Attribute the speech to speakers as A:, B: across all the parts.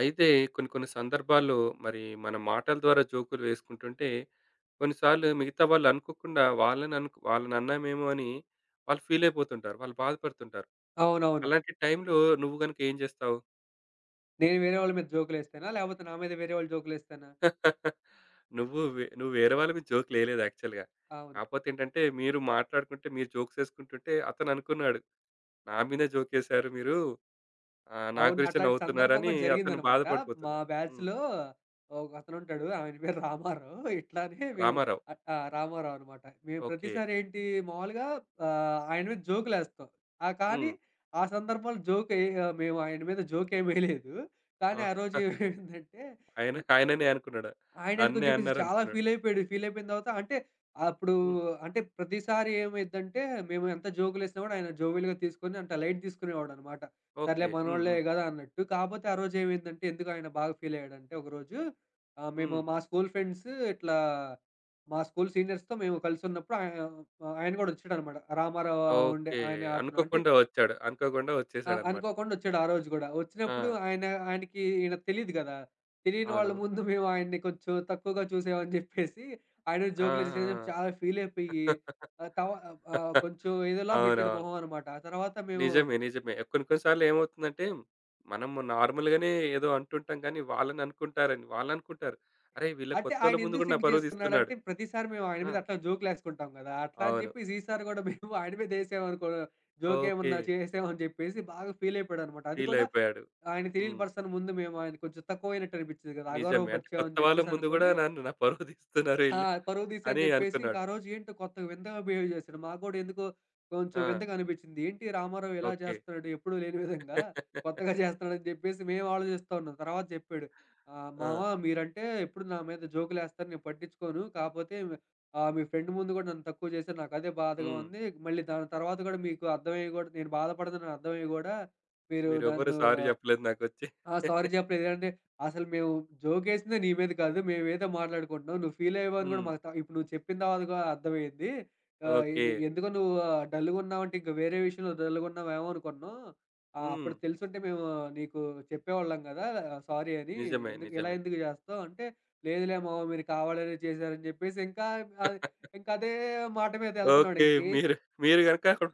A: అయితే కొన్ని కొన్ని సందర్భాల్లో మరి మన మాటల ద్వారా జోకులు వేసుకుంటుంటే కొన్నిసార్లు మిగతా వాళ్ళు అనుకోకుండా వాళ్ళని అన్నామేమో అని వాళ్ళు ఫీల్ అయిపోతుంటారు. వాళ్ళు బాధపడుతుంటారు.
B: అవునవును.
A: అలాంటి టైంలో నువ్వు గనుక ఏం చేస్తావు?
B: నేను వేరే వాళ్ళ మీద జోకులేస్తానా? లేపోతే నా మీద వేరే వాళ్ళు జోకులేస్తానా?
A: నువ్వు వేరే వాళ్ళ మీద జోకులేయలేదు యాక్చువల్‌గా.
B: అవును.
A: కాపోతే ఏంటంటే మీరు మాట్లాడుకుంటే మీరు జోక్స్ ఏసుకుంటుంటే అతను అనుకున్నాడు. నా మీదే జోకేసారు మీరు. ఆహ్, నా
B: అవును.
A: గురించే
B: అట్లాంటి సందర్భం
A: నవ్వుతున్నారని
B: గూడా
A: అతను
B: జరిగిందనమాట. మా
A: బాధపడిపోతున్నాడు. హ్మ్.
B: బ్యాచ్‌లో ఒకతనుంటాడు. ఆయన పేరు రామారావు. ఇట్లానే మేము
A: రామారావు.
B: అ ఆ! రామారావు అనమాట. మేము
A: ఓకే.
B: ప్రతిసారి ఏంటి మామూలుగా ఆయన మీద జోకులేస్తాం. ఆ! కానీ
A: హ్మ్.
B: ఆ సందర్భంలో మేము ఆయన మీద జోకేమేయలేదు.
A: ఆ!
B: కానీ ఆ రోజు ఏమైందంటే
A: ఆయన ఆయననే అనుకున్నాడా?
B: ఆయనెందుకని
A: నన్నే
B: చెప్పేసి చాలా
A: అన్నారనుకున్నాడు.
B: ఫీలయిపోయాడు. ఫీలయిపోయిన తర్వాత అంటే అప్పుడు
A: హ్మ్.
B: అంటే ప్రతిసారి ఏమైద్దంటే మేము ఎంత జోకులేసినా గూడా ఆయన జోవియల్‌గా తీసుకొని అంటే లైట్ తీసుకునేవాడనమాట. సర్లే
A: ఓకే. హ్మ్.
B: మనోళ్ళే
A: హ్మ్.
B: గదా! అన్నట్టు. కాపోతే ఆ రోజేమైందంటే ఎందుకు ఆయన బాగా ఫీలయ్యాడంటే ఒకరోజు మేము
A: హ్మ్.
B: ఇట్లా మా స్కూల్ సీనియర్స్‌తో మేము కలిసున్నప్పుడు ఆయన గూడా ఒచ్చాడనమాట. రామారావు ఉండే
A: ఓకే.
B: ఆయన అతను అంటే
A: అనుకోకుండా వచ్చాడు. అనుకోకుండా
B: ఆ!
A: వచ్చేసాడన్నమాట.
B: అనుకోకుండా ఒచ్చాడు ఆ రోజు గూడా.
A: ఆ!
B: ఒచ్చినప్పుడు ఆయనకి ఈయన తెలీదు గదా! తెలియని
A: అవును.
B: వాళ్ళ ముందు మేము ఆయన్ని కొంచెం తక్కువగా చూసామని జెప్పేసి, ఆయన
A: ఆ!
B: జోకులేసేసి
A: ఆ!
B: చాలా ఫీలయిపోయి ఆహ్, తవ కొంచెం ఏదోలా బెట్టాడు
A: అవునవును.
B: మొహం అనమాట. ఆ తర్వాత మేము
A: నిజమే. నిజమే. కొన్ని కొన్ని సార్లు ఏమవుతుందంటే, మనము నార్మల్‌గానే ఏదో అంటుంటాం కానీ, వాళ్ళని అనుకుంటారని వాళ్ళనుకుంటారు. అరేయ్! వీళ్ళ
B: అంటే
A: కొత్తోళ్ళ
B: ఆయన
A: ముందు
B: ఎందుకు
A: కూడా నా
B: సింక్
A: పరువు తీస్తున్నాడు.
B: చేసుకున్నాడంటే, ప్రతిసారి మేము ఆయన
A: ఆ!
B: మీద అట్లా జోకులేసుకుంటాం గదా! అట్లా అని
A: అవును.
B: జెప్పేసి ఈసారి గూడా మేము ఆయన మీదేసామనుకో
A: ఓకే.
B: జోకేమన్నా చేసామని జెప్పేసి బాగా ఫీలయిపోయాడనమాట. అది
A: ఫీల్
B: గూడా
A: అయిపోయాడు.
B: ఆయన తెలియని
A: హ్మ్.
B: పర్సన్ ముందు మేము ఆయన కొంచెం తక్కువైనట్టు అనిపిచ్చేది గదా!
A: నిజమే. అంటే కొత్త
B: అగౌరవపరిచామని
A: వాళ్ళ
B: జెప్పేసి
A: ముందు కూడా
B: అనుకోని
A: నన్ను నా పరువు తీస్తున్నారు
B: ఆ!
A: ఈళ్ళు
B: పరువు తీసా అని
A: అని
B: చెప్పేసి ఇంకా
A: అనుకున్నాడు.
B: ఆ రోజు ఏంటో కొత్తగా వింతగా బిహేవ్ చేశాడు. మాకు కూడా ఎందుకో కొంచెం
A: ఆ!
B: వింతగా అనిపించింది. ఏంటి రామారావు ఇలా
A: ఓకే.
B: చేస్తున్నాడు ఎప్పుడూ లేని విధంగా కొత్తగా చేస్తున్నాడని చెప్పేసి మేము ఆలోచిస్తా ఉన్నాం. తర్వాత చెప్పాడు.
A: ఆ!
B: "మామ మీరంటే ఎప్పుడు నా మీద జోకులేస్తారు నేను పట్టించుకోను. కాపోతే మీ ఫ్రెండ్ ముందు కూడా నన్ను తక్కువ చేశారు. నాకదే బాధగా
A: హ్మ్.
B: ఉంది. మళ్ళీ దాని తర్వాత కూడా మీకు అర్థమయ్యి కూడా నేను బాధపడుతున్నానని అర్థమయ్యి కూడా మీరు
A: మీరెవ్వరు
B: నన్ను"
A: సారీ జెప్పలేదు నాకొచ్చి.
B: ఆ! సారీ చెప్పలేదు. ఏదంటే, అసలు మేము జోకేసిందే నీ మీద కాదు. మేమేదో మాట్లాడుకుంటున్నాం. నువ్వు ఫీల్ అయ్యావని కూడా
A: హ్మ్.
B: మాకు ఇప్పుడు నువ్వు చెప్పిన తర్వాత కూడా అర్థమైంది. ఆహ్,
A: ఓకే.
B: ఏమి ఎందుకో నువ్వు డల్‌గున్నావంటే ఇంక వేరే విషయంలో డల్‌గున్నావేమో అనుకున్నాం.
A: హ్మ్.
B: అప్పుడు తెలుసుంటే మేము నీకు చెప్పేవాళ్ళం గదా! సారీ అని.
A: నిజమే. నిజమే.
B: ఎందుకు జేస్తావు? అంటే, లేదులే మావ మీరు కావాలనే చేశారని జెప్పేసి ఇంకా ఆహ్, ఇంకదే మాట మీదెళ్తున్నాడు.
A: ఓకే. మీరు మీరు గనక అక్కడ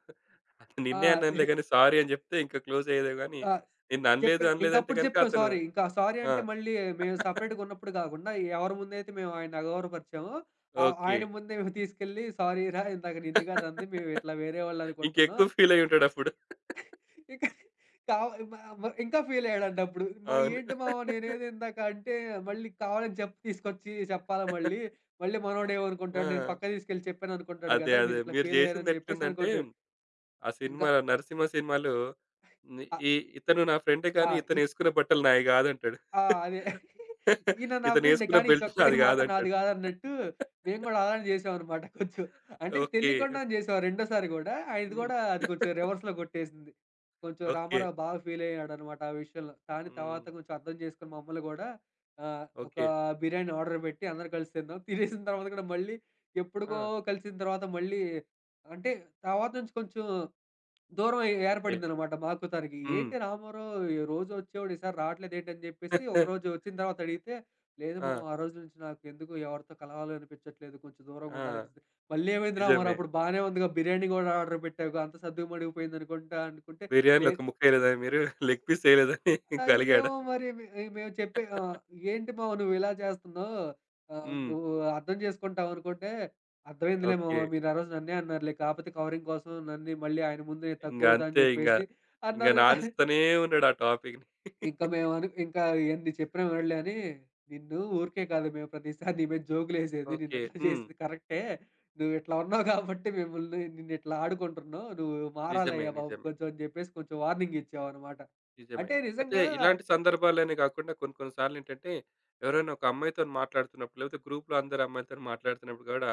A: అతను నిన్నే
B: ఆ!
A: అన్నానులే గాని సారీ అని జెప్తే ఇంకా క్లోజ్ అయ్యేదే గాని
B: ఆ!
A: నిన్ననలేదు
B: చెప్పా.
A: అనలేదంటే
B: ఇంకప్పుడు
A: గనక
B: చెప్పా
A: అతను
B: సారీ. ఇంకా సారీ
A: ఆ!
B: అంటే మళ్ళీ మేము సెపరేట్‌గా ఉన్నప్పుడు గాకుండా ఎవరి ముందైతే మేము ఆయన్ని అగౌరవపరిచామో,
A: ఓకే.
B: ఆయన ముందే మేము తీసుకెళ్ళి సారీరా ఇందాక నిన్ను కాదు అంది. మేము ఇట్లా వేరే వాళ్ళనుకుంటున్నాం.
A: ఇంకెక్కువ ఫీల్ అయ్యి ఉంటాడప్పుడు.
B: ఇంకా కావ మ మ ఇంకా ఫీలయ్యాడంట అప్పుడు. మా
A: అవును.
B: ఏంటి మావ నేనేదో ఇందాక అంటే మళ్ళీ కావాలని చెప్పు తీసుకొచ్చి చెప్పాలా మళ్ళీ? మళ్ళీ మనోడేమనుకుంటాడు నేను
A: ఆ!
B: పక్కకు తీసుకెళ్ళి చెప్పాననుకుంటాడు
A: అదే.
B: గదా!
A: అదే.
B: మీరిట్లా
A: మీరు
B: ఫీలయ్యారని జెప్పేసి
A: జేసిందెట్లుందంటే
B: అనుకుంటాడు.
A: ఆ
B: ఇంకా
A: సినిమా 'నరసింహ' సినిమాలో హ్మ్.
B: ఆ!
A: ఈ ఇతను నా ఫ్రెండే
B: ఆ!
A: కానీ
B: ఇ
A: ఇతనేసుకున్న బట్టలు నాయి కాదంటాడు.
B: ఆ! అదే. ఈయన నా ఫ్రెండే
A: ఇతనేసుకున్న
B: కానీ ఈ
A: బెల్ట్
B: చొక్కా
A: నాది
B: ఏం మాత్రం నాది
A: కాదంటాడు.
B: కాదన్నట్టు మేము గూడా అలానే చేసామనమాట కొంచెం. అంటే
A: ఓకే.
B: తెలియకుండానే చేసాం రెండోసారి గూడా. ఆయనది
A: హ్మ్.
B: గూడా అది కొంచెం రివర్స్‌లో కొట్టేసింది. కొంచెం
A: ఓకే.
B: రామారావు బాగా ఫీలయ్యాడనమాట ఆ విషయంలో. కానీ
A: హ్మ్.
B: తర్వాత కొంచెం అర్థం చేసుకొని మమ్మల్ని గూడా ఒక
A: ఓకే.
B: బిర్యానీ ఆర్డర్ పెట్టి అందరం కలిసి తిన్నాం. తినేసిన తర్వాత కూడా మళ్ళీ
A: ఆ!
B: ఎప్పుడుకో కలిసిన తర్వాత మళ్ళీ అంటే తర్వాత నుంచి కొంచెం దూరం ఏ
A: ఓకే.
B: ఏర్పడిందనమాట మాకు తనకి.
A: హ్మ్.
B: "ఏంటి రామారావు ఈ రోజు వచ్చేవాడు ఈసారి రావట్లేదు ఏంటి" అని చెప్పేసి ఒకరోజు వచ్చిన తర్వాత అడిగితే, "లేదు
A: ఆ!
B: మామ ఆ రోజు నుంచి నాకు ఎందుకో ఎవరితో కలవాలనిపించట్లేదు. కొంచెం దూరంగా
A: ఆ!
B: ఉండాలనిపిస్తుంది." "మళ్ళీ ఏమైంది రామారావు
A: నిజమే.
B: అప్పుడు బానే ఉందిగా బిర్యానీ గూడా ఆర్డర్ పెట్టావుగా అంత సద్దుమణిగిపోయిందనుకుంటా" అనుకుంటే,
A: బిర్యానీలో
B: "లే
A: ఒక ముక్కేయలేదా మీరు? లెగ్ పీస్ ఎయలేదని
B: ఆ!
A: ఇంక అలిగాడా?
B: ఏమో మరి మేము "ఏంటి మావ నువ్విలా చేస్తున్నావు?
A: హ్మ్.
B: నువ్వు అర్థం చేసుకుంటావనుకుంటే" "అర్థమైందిలే
A: ఓకే.
B: మావ మీరా రోజు నన్నే అన్నారులే. కాపోతే కవరింగ్ కోసం నన్ను మళ్ళీ ఆయన ముందు నేను
A: ఇంగ
B: తక్కువ అవుతా అని
A: అంతే ఇంగ.
B: చెప్పేసి"
A: ఇంగ
B: అన్నారు.
A: నానుస్తూనే ఉన్నాడు ఆ టాపిక్‌ని.
B: ఇంకా మేము అను ఇంకా ఎన్ని చెప్పినా వినడులే అని, "నిన్ను ఊరికే కాదు మేము ప్రతిసారి నీ మీద జోకులేసేది.
A: ఓకే.
B: నిన్నట్లా
A: హ్మ్.
B: చేసేది కరెక్టే. నువ్విట్లా ఉన్నావు కాబట్టి మిమ్మల్ని నిన్నిట్లా ఆడుకుంటున్నావు. నువ్వు
A: నిజమే.
B: మారాలయ్యా బాబు
A: నిజమే.
B: కొంచెం" అని చెప్పేసి కొంచెం వార్నింగ్ ఇచ్చామనమాట.
A: నిజమే.
B: అంటే
A: అయితే
B: నిజంగా
A: ఇలాంటి సందర్భాలనే గాకుండా కొన్ని కొన్ని సార్లేంటంటే, ఎవరైనా ఒక అమ్మాయితోని మాట్లాడుతున్నప్పుడు, లేకపోతే గ్రూప్‌లో అందరు అమ్మాయిలతోని మాట్లాడుతున్నప్పుడు గూడా,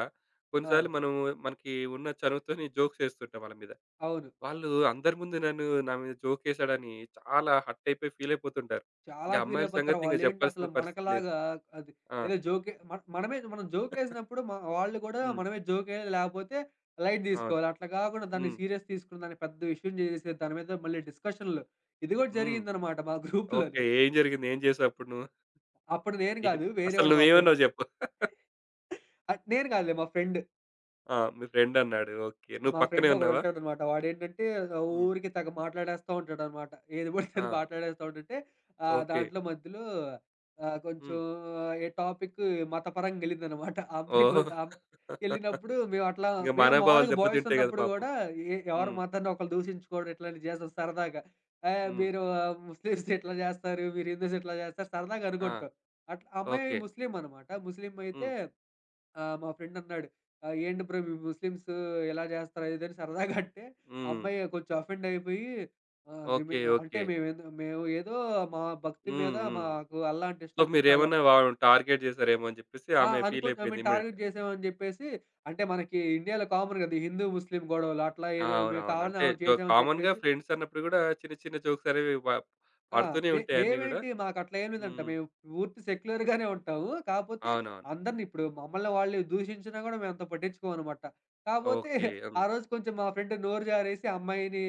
B: ఆ!
A: కొన్నిసార్లు మనము మనకి ఉన్న చనువుతోని జోక్స్ ఏస్తుంటాం వాళ్ళ మీద.
B: అవును.
A: వాళ్ళు అందరి ముందు నన్ను నా మీద జోకేసాడని చాలా హర్ట్ అయిపోయి ఫీల్ అయిపోతుంటారు.
B: చాలా
A: ఇంక
B: ఫీల్
A: అమ్మాయిల
B: అయిపోతారు.
A: సంగతి ఇంక
B: వాళ్ళేంటి అసలు
A: జెప్పాల్సిన పరిస్థితి లేదు.
B: మనకలాగా అది
A: ఆ!
B: ఏదో జోకే మన మనమే మనం జోకేసినప్పుడు వాళ్ళు కూడా
A: హ్మ్.
B: మనమే జోకేయాలి లేకపోతే లైట్
A: అవును.
B: తీసుకోవాలి. అట్లా కాకుండా దాన్ని
A: హ్మ్.
B: సీరియస్ తీసుకుని దాన్ని పెద్ద విషయం చేసేసి దాని మీద మళ్ళీ డిస్కషన్‌లు. ఇది కూడా
A: హ్మ్.
B: జరిగిందనమాట మా
A: ఓకే.
B: గ్రూప్‌లోనే.
A: ఏం జరిగింది? ఏం చేసావు అప్పుడు నువ్వు?
B: అప్పుడు నేను
A: ఏం
B: కాదు
A: అసలు
B: వేరేవాడు మా ఫ్రెండ్.
A: నువ్వేమన్నావో జెప్పు?
B: నేను కాదులే మా ఫ్రెండ్.
A: ఆ! మీ ఫ్రెండ్ అన్నాడు. ఓకే. నువ్వు
B: మా
A: పక్కనే
B: ఫ్రెండ్
A: ఉన్నావా?
B: ఒకడుంటాడనమాట. వాడేంటంటే
A: హ్మ్.
B: ఊరికే తెగ మాట్లాడేస్తా ఉంటాడనమాట. ఏది పడితే
A: ఆ!
B: అది మాట్లాడేస్తా ఉంటాడు.
A: ఓకే.
B: దాంట్లో మధ్యలో కొంచెం
A: హ్మ్.
B: ఏ టాపిక్ మతపరంగా ఎళ్ళిందనమాట. ఆ అమ్మాయి
A: ఓహో!
B: ఎళ్ళినప్పుడు
A: ఇంక
B: మేము
A: మనోభావాలు
B: మామూలుగా బాయ్స్
A: దెబ్బతింటాయి గదా
B: ఉన్నప్పుడు
A: పాపం.
B: గూడా ఏ ఎవరి
A: హ్మ్.
B: మతాన్ని ఒకళ్ళు దూషించుకోవడం ఇట్లాంటివి చేస్తాం సరదాగా. "ఏహ్!
A: హ్మ్.
B: మీరు ముస్లిమ్స్ ఇట్లా జేస్తారు. మీరు హిందూస్ ఇట్లా జేస్తారు" సరదాగా
A: ఆ!
B: అనుకుంటాం. అట్లా ఆ అమ్మాయి
A: ఓకే.
B: ముస్లిం అనమాట. ముస్లిం అయితే
A: హ్మ్.
B: మా ఫ్రెండ్ అన్నాడు. "ఏంటి బ్రో మీ ముస్లిమ్స్ ఇలా చేస్తారు" అది ఇది అని సరదాగా అంటే, ఆ
A: హ్మ్.
B: అమ్మాయి కొంచెం అఫెండ్ అయిపోయి ఆహ్, నిమే
A: ఓకే.
B: అంటే
A: ఓకే.
B: మేము ఏదో మా భక్తి
A: హ్మ్.
B: మీద
A: హ్మ్.
B: మాకు అల్లా అంటే
A: సో,
B: ఇష్టం కాబట్టి అలా
A: మీరేమన్నా వా టార్గెట్ జేసారేమో అని జెప్పేసి
B: ఆ!
A: ఆమె ఫీల్
B: అనుకోని మేము
A: అయిపోయింది
B: టార్గెట్
A: ఇమ్మీడియేట్‌గా.
B: చేసామని చెప్పేసి అంటే మనకి ఇండియాలో కామన్ కదా! ఈ హిందూ, ముస్లిం గొడవలు అట్లా
A: ఆ!
B: ఏదో మేము
A: అవునవును.
B: కావాలని
A: అంటే
B: ఆమెను
A: జో
B: చేసామని
A: కామన్‌గా
B: చెప్పేసి
A: ఫ్రెండ్స్ అన్నప్పుడు గూడా చిన్న చిన్న జోక్స్ అనేవి
B: ఆ!
A: పడుతూనే ఉంటాయి అన్నీ గూడా.
B: మేమేంటి మాకట్లా ఏం లేదంట.
A: హ్మ్.
B: మేము పూర్తి సెక్యులర్‌గానే ఉంటాము. కాపోతే
A: అవునవును.
B: అందరిని ఇప్పుడు మమ్మల్ని వాళ్ళు దూషించినా గూడా మేమంత పట్టించుకోమనమాట. కాపోతే
A: ఓకే. హ్మ్.
B: ఆ రోజు కొంచెం మా ఫ్రెండ్ నోరు జారేసి ఆ అమ్మాయిని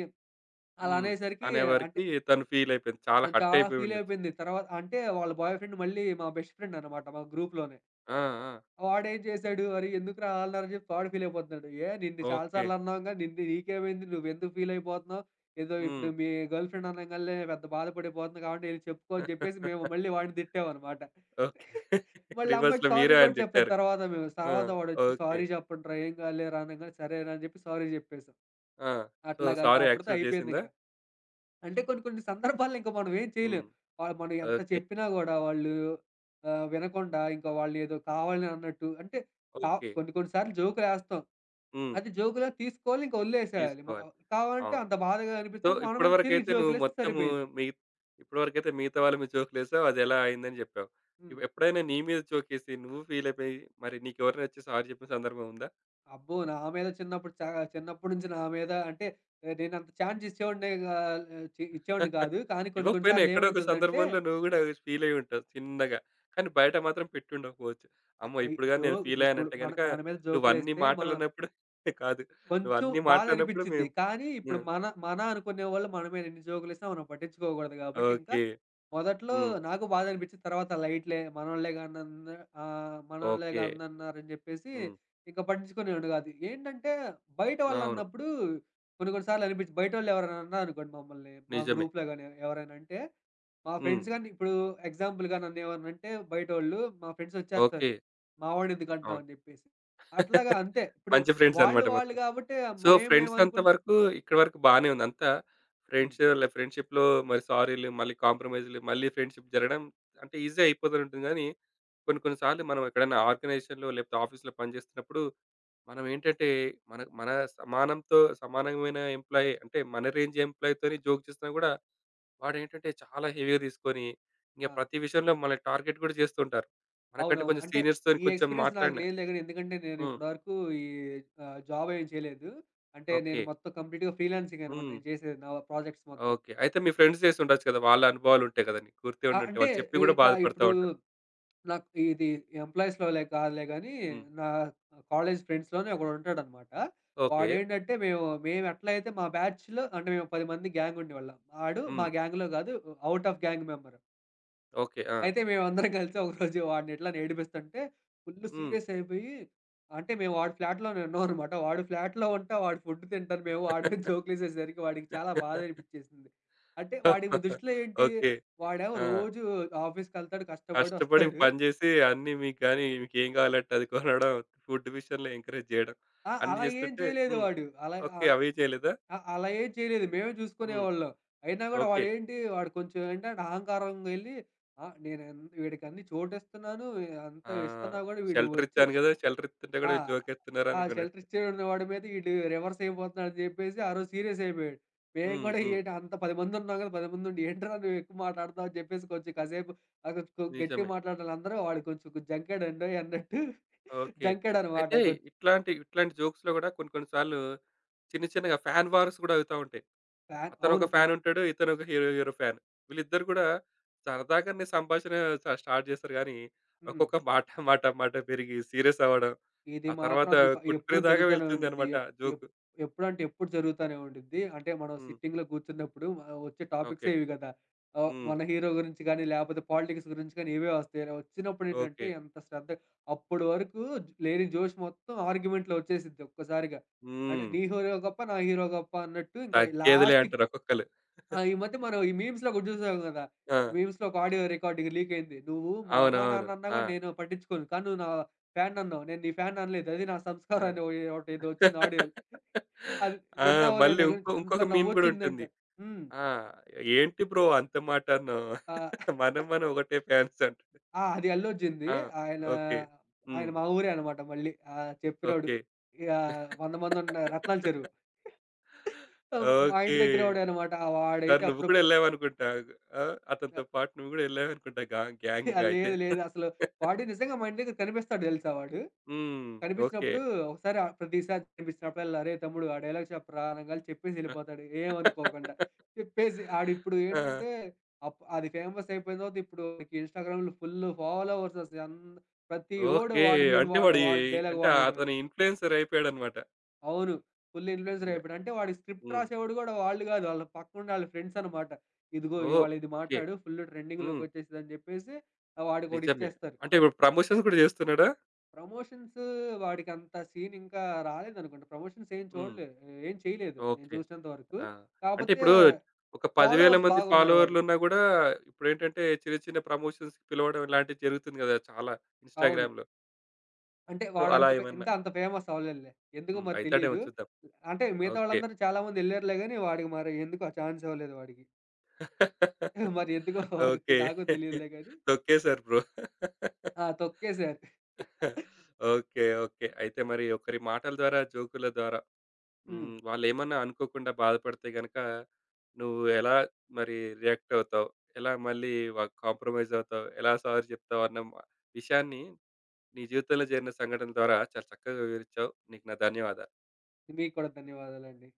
B: అలా
A: హ్మ్.
B: అనేసరికి
A: అనే
B: అంటే
A: వరకి తను ఫీల్ అయిపోయింది. చాలా
B: తను
A: హర్ట్
B: చాలా
A: అయిపోయి
B: ఫీల్
A: ఉండొచ్చు.
B: అయిపోయింది. తర్వాత అంటే వాళ్ళ బాయ్ ఫ్రెండ్ మళ్ళీ మా బెస్ట్ ఫ్రెండ్ అనమాట మా గ్రూప్‌లోనే.
A: ఆ! ఆ!
B: వాడేం చేశాడు? "అరె! ఎందుకురా అల్లరి" అని చెప్పి వాడు ఫీల్ అయిపోతున్నాడు. "ఏ నిన్ను చాలా
A: ఓకే.
B: సార్లు అన్నాంగా నిన్ను నీకేమైంది? నువ్వెందుకు ఫీల్ అయిపోతున్నావు? ఏదో
A: హ్మ్.
B: ఇప్పుడు మీ గర్ల్ ఫ్రెండ్ అనంగాల్నే పెద్ద బాధపడిపోతుంది కాబట్టి ఎళ్లి చెప్పుకో" అని చెప్పేసి మేము మళ్ళీ వాడిని తిట్టామనమాట.
A: ఓకే.
B: మళ్ళీ ఆ అమ్మాయికి
A: రివర్స్‌లో
B: సారీ
A: మీరే ఆయన
B: కూడా చెప్పలేదు
A: తిట్టారు.
B: తర్వాత మేము.
A: ఆ!
B: తర్వాత వాడొచ్చి
A: ఓకే.
B: "సారీ చెప్పండిరా ఏం కాదులేరా" అనంగానే సరేరా అని చెప్పి సారీ చెప్పేసాం.
A: ఆ! సో,
B: అట్లాగా ఇంకా
A: సారీ
B: అప్పటితో
A: యాక్సెప్ట్ చేసిందా?
B: అయిపోయిందింక. అంటే కొన్ని కొన్ని సందర్భాల్లో ఇంక మనం ఏం
A: హ్మ్.
B: చేయలేం. మనం ఎంత
A: ఓకే.
B: చెప్పినా గూడా వాళ్ళు వినకుండా ఇంకా వాళ్ళు ఏదో కావాలని అన్నట్టు అంటే
A: ఓకే.
B: కొన్ని కొన్ని సార్లు జోకులేస్తాం.
A: హ్మ్.
B: అది జోకులా తీసుకోవాలి ఇంక వదిలేసేయాలి.
A: తీసుకోవాలి.
B: కావాలంటే
A: అవును.
B: అంత బాధగా
A: సో,
B: అనిపించినప్పుడు మన మీద తిరిగి
A: ఇప్పటివరకైతే నువ్వు
B: జోకులేస్తే
A: మొత్తము
B: సరిపోయిద్ది.
A: మీ ఇప్పటివరకైతే మిగతా వాళ్ళ మీద జోకులేసావు. అదెలా అయిందని చెప్పావు.
B: హ్మ్.
A: ఎప్పుడైనా నీ మీద జోకేసి, నువ్వు ఫీల్ అయిపోయి, మరి నీకెవరైనా వచ్చి సారీ చెప్పిన సందర్భం ఉందా?
B: అబ్బో! నా మీద చిన్నప్పుడు చిన్నప్పటి నుంచి నా మీద అంటే నేనంత ఛాన్స్ ఇచ్చేవాడినే గా ఇచ్చేవాడిని కాదు. కానీ కొన్ని కొన్ని
A: ఇవ్వకపోయినా
B: సార్లు
A: ఎక్కడో ఒక
B: ఏమైతదంటే
A: సందర్భంలో నువ్వు గూడా ఫీల్ అయ్యి ఉంటావు చిన్నగా. కానీ బయట మాత్రం పెట్టుండకపోవచ్చు.
B: ఆహ్,
A: అమ్మో!
B: ఆహ్,
A: ఇప్పుడు గాని
B: జో
A: నేను ఫీల్
B: ఇప్పుడు
A: అయ్యానంటే
B: మన
A: గనక
B: మన మీద
A: నువ్వన్ని
B: జోకులేస్తే మనం
A: మాటలన్నప్పుడు కాదు.
B: కొంచెం
A: నువ్వన్ని మాటలన్నప్పుడు
B: బాధనిపిచ్చిద్ది.
A: మేము
B: కానీ ఇప్పుడు
A: హ్మ్.
B: మన, మన అనుకునేవాళ్ళు మన మీద ఎన్ని జోకులేసినా మనం పట్టించుకోకూడదు గాబట్టి, ఇంకా
A: ఓకే.
B: మొదట్లో
A: హ్మ్.
B: నాకు బాధనిపిచ్చింది. తర్వాత లైట్‌లే
A: ఓకే.
B: మనోళ్ళేగా అందన్నారని జెప్పేసి
A: హ్మ్.
B: ఇంక పట్టించుకునేవాడిని గాదు. ఏంటంటే బయట
A: అవును.
B: వాళ్ళన్నప్పుడు కొన్ని కొన్ని సార్లు అనిపిచ్చి బయటోళ్ళు ఎవరైనా అన్నారనుకోండి మమ్మల్ని, మా
A: నిజమే.
B: గ్రూప్‌లో గాని ఎవరైనా అంటే, మా
A: హ్మ్.
B: ఫ్రెండ్స్ గాని ఇప్పుడు ఎగ్జాంపుల్‌గా నన్నేమన్నంటే బయటోళ్ళు మా ఫ్రెండ్స్ ఒచ్చేస్తారు.
A: ఓకే.
B: మావోడినెందుకంటున్నావు
A: అవును.
B: అని జెప్పేసి. అట్లాగా అంతే. ఇప్పుడు
A: మంచి ఫ్రెండ్స్
B: వాళ్ళు
A: అన్నమాట
B: వాళ్ళు
A: మొత్తం.
B: గాబట్టే
A: సో,
B: మేము
A: ఫ్రెండ్స్ అంత
B: మేమనుకుం
A: వరకు ఇక్కడి వరకు బానే ఉంది. అంతా
B: హ్మ్.
A: ఫ్రెండ్స్ లే ఫ్రెండ్‌షిప్‌లో మరి సారీలు, మళ్ళీ కాంప్రమైజ్‌లు, మళ్ళీ ఫ్రెండ్‌షిప్ జరగడం అంటే ఈజీ అయిపోతూంటుంది గానీ, కొన్ని కొన్ని సార్లు మనం ఎక్కడైనా ఆర్గనైజేషన్‌లో లేకపోతే ఆఫీస్‌లో పనిచేస్తున్నప్పుడు మనం ఏంటంటే, మన మన సమానంతో సమానమైన ఎంప్లాయీ అంటే మన రేంజ్ ఎంప్లాయ్‌తోని జోక్ చేసినా గూడా వాడేంటంటే చాలా హెవీగా తీసుకొని, ఇంక
B: ఆ!
A: ప్రతి విషయంలో మనల్ని టార్గెట్ గూడా చేస్తూ ఉంటారు. మనకంటే
B: అవునవును.
A: కొంచెం
B: అంటే
A: సీనియర్స్‌తోని
B: ఈ
A: కొంచెం
B: ఎక్స్‌పీరియన్స్ నాకు
A: మాట్లాడినా
B: లేదులే గాని ఎందుకంటే నేను
A: హ్మ్.
B: ఇప్పటి వరకు ఈ జాబ్ ఏమి చేయలేదు. అంటే
A: ఓకే.
B: నేను మొత్తం కంప్లీట్‌గా ఫ్రీలాన్సింగ్ అనమాట
A: హ్మ్.
B: నేను చేసేది నా ప్రాజెక్ట్స్ మొత్తం.
A: ఓకే. అయితే మీ ఫ్రెండ్స్ చేసుండొచ్చు కదా! వాళ్ళ అనుభవాలుంటాయి కదా! నీకు గుర్తే
B: ఆ!
A: ఉండుంటాయి.
B: అంటే
A: వాళ్ళు చెప్పి గూడా
B: ఇట్లా
A: బాధపడతా
B: ఇప్పుడు
A: ఉంటారు.
B: నాకు ఇది ఎంప్లాయీస్‌లోలే కాదులే గాని
A: హ్మ్.
B: నా కాలేజ్ ఫ్రెండ్స్‌లోనే ఒకడుంటాడనమాట.
A: ఓకే.
B: వాడేంటంటే మేము మేము ఎట్లయితే మా బ్యాచ్‌లో అంటే మేము 10 మంది గ్యాంగ్ ఉండేవాళ్ళం. ఆడు
A: హ్మ్.
B: మా గ్యాంగ్‌లో గాదు. Out of gang member.
A: Okay. ఆ!
B: అయితే మేమందరం కలిసి ఒకరోజు వాడిని ఎట్లా ఏడిపిస్తుంటే ఫుల్
A: హ్మ్.
B: సీరియస్ అయిపోయి అంటే మేము వాడి ఫ్లాట్‌లోనే ఉన్నామనమాట. వాడు ఫ్లాట్‌లో ఉంటే వాడు ఫుడ్ తింటాను మేము వాడి మీద జోకులేసేసరికి వాడికి చాలా బాధ అనిపిచ్చేసింది. అంటే వాడి దృష్టిలో ఏంటి
A: ఓకే.
B: వాడేమో
A: ఆ!
B: రోజు ఆఫీస్‌కెళ్తాడు కష్టపడి
A: కష్టపడి
B: వస్తాడు.
A: పని జేసి అన్నీ మీకు గాని మీకేం గావాలంటే అది కొనడం, ఫుడ్ విషయంలో ఎంకరేజ్ జేయడం
B: ఆ!
A: అన్నీ
B: అలా ఏం
A: జేస్తుంటే
B: చేయలేదు
A: హ్మ్.
B: వాడు. అలా
A: ఓకే.
B: ఆహ్,
A: అవి చేయలేదా?
B: అ అలా ఏం చేయలేదు. మేమే
A: హ్మ్.
B: చూసుకునేవాళ్ళం. అయినా గూడా
A: ఓకే.
B: వాడేంటి వాడు కొంచెం ఏంటంటే అహంకారంగా ఎళ్లి నేను వీడికన్ని చోటిస్తున్నాను, అంత
A: ఆ!
B: ఇస్తున్నా గూడా వీడు
A: షెల్టర్
B: వచ్చి
A: ఇచ్చాను గదా! షెల్టర్ ఇస్తుంటే
B: ఆ!
A: గూడా
B: ఆ
A: జోకేస్తున్నారనుకున్నాడు.
B: షెల్టర్ ఇచ్చేవాడు వాడి మీద ఈడు రివర్స్ అయిపోతున్నాడని చెప్పేసి ఆ రోజు సీరియస్ అయిపోయాడు. మేము
A: హ్మ్.
B: కూడా
A: హ్మ్.
B: ఏంటి అంత 10 మందున్నాం కదా! 10 మందుండి ఏంట్రా నువ్వు ఎక్కువ మాట్లాడుతావు అని చెప్పేసి కొంచెం కాసేపు కొంచెం గట్టిగా
A: నిజమే.
B: మాట్లాడాలి అందరూ. వాడు కొంచెం జంకాడండోయ్ అన్నట్టు
A: ఓకే.
B: జంకాడనమాట.
A: అయితే ఇట్లాంటి, ఇట్లాంటి జోక్స్‌లో గూడా కొన్ని కొన్ని సార్లు చిన్న చిన్నగా ఫ్యాన్ వార్స్ గూడా అవుతా ఉంటాయి.
B: ఫ్యాన్
A: అతనొక
B: అవును.
A: ఫ్యాన్ ఉంటాడు. ఇతనొక హీరో, హీరో ఫ్యాన్. వీళ్ళిద్దరు గూడా సరదాగానే సంభాషణ స్టార్ట్ చేస్తారు గానీ,
B: హ్మ్.
A: ఒక్కొక్క మాట, మాట, మాట పెరిగి సీరియస్ అవ్వడం.
B: ఇది
A: ఆ
B: మాత్రం
A: తర్వాత
B: అసలు ఎప్పుడు
A: కొట్టుకునేదాకా
B: జరుగుతానే ఉండిద్ది.
A: వెళ్తుందనమాట
B: ఎప్ ఎప్
A: జోకు.
B: ఎప్పుడంటే ఎప్పుడు జరుగుతానే ఉండిద్ది. అంటే మనం
A: హ్మ్.
B: సిట్టింగ్‌లో కూర్చున్నప్పుడు వచ్చే
A: ఓకే.
B: టాపిక్సే ఇవి కదా!
A: హ్మ్.
B: మన హీరో గురించి గానీ, లేపోతే పాలిటిక్స్ గురించి గానీ ఇవే వస్తాయి. వచ్చినప్పుడేంటంటే
A: ఓకే.
B: ఎంత శ్రద్ధ అప్పడి వరకు లేని జోష్ మొత్తం ఆర్గ్యుమెంట్‌లో వచ్చేసిద్ది ఒక్కసారిగా. అంటే
A: హ్మ్.
B: నీ హీరో గొప్ప, నా హీరో గొప్ప అన్నట్టు ఇంకా
A: తగ్గేదిలే
B: లాస్ట్‌కి
A: అంటారు ఒక్కొక్కళ్ళు.
B: ఆ! ఈ మధ్య మనం ఈ మీమ్స్‌లో ఒకటి చూసాం గదా!
A: ఆ!
B: మీమ్స్‌లో ఒక ఆడియో రికార్డింగ్ లీక్ అయింది. "నువ్వు మా అమ్మ,
A: అవునవును.
B: నాన్న అన్నా
A: ఆ!
B: గూడా నేను పట్టించుకోను. కానీ నువ్వు నా ఫ్యాన్ అన్నావు. నేను నీ ఫ్యాన్ అనలేదు. అది నా
A: ఆ!
B: సంస్కారం" అని ఒకటేదో వచ్చింది ఆడియో. అది
A: ఆ!
B: విన్నావో
A: మళ్ళీ
B: లేదో గాని
A: ఇంకో
B: ఎంత
A: ఇంకొక మీమ్ గూడా ఉంటుంది.
B: నవ్వొచ్చిందంటే హ్మ్.
A: ఆ! ఏంటి బ్రో అంత మాట అన్నావు?
B: ఆహ్,
A: మనం మనం ఒకటే ఫ్యాన్స్ అంట.
B: ఆ! అది అల్లు అర్జున్‌ది.
A: ఆ!
B: ఆయన,
A: ఓకే.
B: ఆయన
A: హ్మ్.
B: మా ఊరే అన్నమాట మళ్ళీ. చెప్పినోడు.
A: ఓకే.
B: ఇగ 100 మంది ఉన్న రత్నాల చెరువు. మా
A: ఓకే.
B: ఇంటి దగ్గర వాడే అన్నమాట.
A: సార్
B: వాడైతే
A: నువ్వు కూడా
B: అప్పుడప్పుడు
A: ఎళ్ళావనుకుంటా. ఆ! అతనితో పాటు నువ్వు కూడా ఎళ్ళావనుకుంటా గా
B: ఆ!
A: గ్యాంగ్‌గా అయితే.
B: లేదు. లేదు. అసలు వాడు నిజంగా మా ఇంటి దగ్గర కనిపిస్తాడు తెలుసా వాడు.
A: హ్మ్. ఓకే.
B: కనిపించినప్పుడు ప్రతిసారి కనిపించినప్పుడల్లా "అరేయ్ తమ్ముడు ఆ డైలాగ్ చెప్పరా" అనంగాల్నే చెప్పేసి ఎళ్ళిపోతాడు. ఏమనుకోకుండా. చెప్పేసి ఆడిప్పుడు
A: ఆ!
B: ఏంటంటే అది ఫేమస్ అయిపోయిన తర్వాత ఇప్పుడు వాడికి ఇన్‌స్టాగ్రామ్‌లో ఫుల్ ఫాలోవర్స్ అసలు ప్రతివోడు
A: ఓకే.
B: వాడి మీమ్
A: అంటే
B: వాడు
A: వాడు ఎ
B: వాడి డైలాగ్
A: అంటే
B: వాడడమే.
A: అతను ఇన్‌ఫ్లుయెన్సర్ అయిపోయాడన్నమాట.
B: అవును. ఫుల్ ఇన్‌ఫ్లుయెన్సర్
A: ఇంగ.
B: అయిపోయాడు. అంటే వాడి స్క్రిప్ట్
A: హ్మ్.
B: రాసేవాడు గూడా వాళ్ళు గాదు. ఆళ్ళ పక్కనుండే ఆళ్ళ ఫ్రెండ్స్ అన్నమాట. "ఇదిగో
A: ఓహ్!
B: ఇవాళ ఇది
A: ఓకే.
B: మాట్లాడు. ఫుల్
A: హ్మ్.
B: ట్రెండింగ్‌లోకొచ్చేసిద్ది" అని జెప్పేసి
A: నిజమే.
B: వాడికొకటిచ్చేస్తారు.
A: అంటే ఇప్పుడు ప్రమోషన్స్ కూడా చేస్తున్నాడా?
B: ప్రమోషన్స్ వాడికంత సీన్ ఇంకా రాలేదనుకుంటా. ప్రమోషన్స్
A: హ్మ్.
B: ఏం చేయలేదు నేను
A: ఓకే.
B: చూసినంత వరకు.
A: ఆ! అంటే
B: కాపోతే
A: ఇప్పుడు ఒక 10,000
B: ఫాలోవర్స్
A: మంది
B: బాగున్నారు వాడికి.
A: ఫాలోవర్‌లున్నా గూడా ఇప్పుడేంటంటే చిన్న చిన్న ప్రమోషన్స్‌కి పిలవడం ఇలాంటివి జరుగుతుంది గదా! చాలా
B: అవును.
A: ఇన్‌స్టాగ్రామ్‌లో.
B: అంటే
A: సో, అలా
B: వాడంత
A: ఏమన్నా
B: ఇంకా అంత ఫేమస్ అవ్వలేదులే. ఎందుకో
A: హ్మ్.
B: మరి
A: అయితాడేమో
B: తెలీదు.
A: చూద్దాం.
B: అంటే మిగతా
A: ఓకే.
B: వాళ్ళందరూ చాలా మంది ఎళ్లారులే గాని వాడికి మరి ఎందుకో ఆ ఛాన్స్ ఇవ్వలేదు వాడికి. మరి ఎందుకో మరి
A: ఓకే.
B: నాకు తెలీదులే గాని
A: తొక్కేసారు బ్రో.
B: ఆ! తొక్కేసారు.
A: ఓకే. ఓకే. అయితే మరి ఒకరి మాటల ద్వారా, జోకుల ద్వారా
B: హ్మ్.
A: హ్మ్. వాళ్ళేమన్నా అనుకోకుండా బాధపడితే గనక నువ్వు ఎలా మరి రియాక్ట్ అవుతావు? ఎలా మళ్ళీ వ కాంప్రమైజ్ అవుతావు? ఎలా సారీ చెప్తావు? అన్న విషయాన్ని నీ జీవితంలో జరిగిన సంఘటన ద్వారా చాలా చక్కగా వివరిచ్చావు. నీకు నా ధన్యవాదాలు.
B: మీకు కూడా ధన్యవాదాలండి.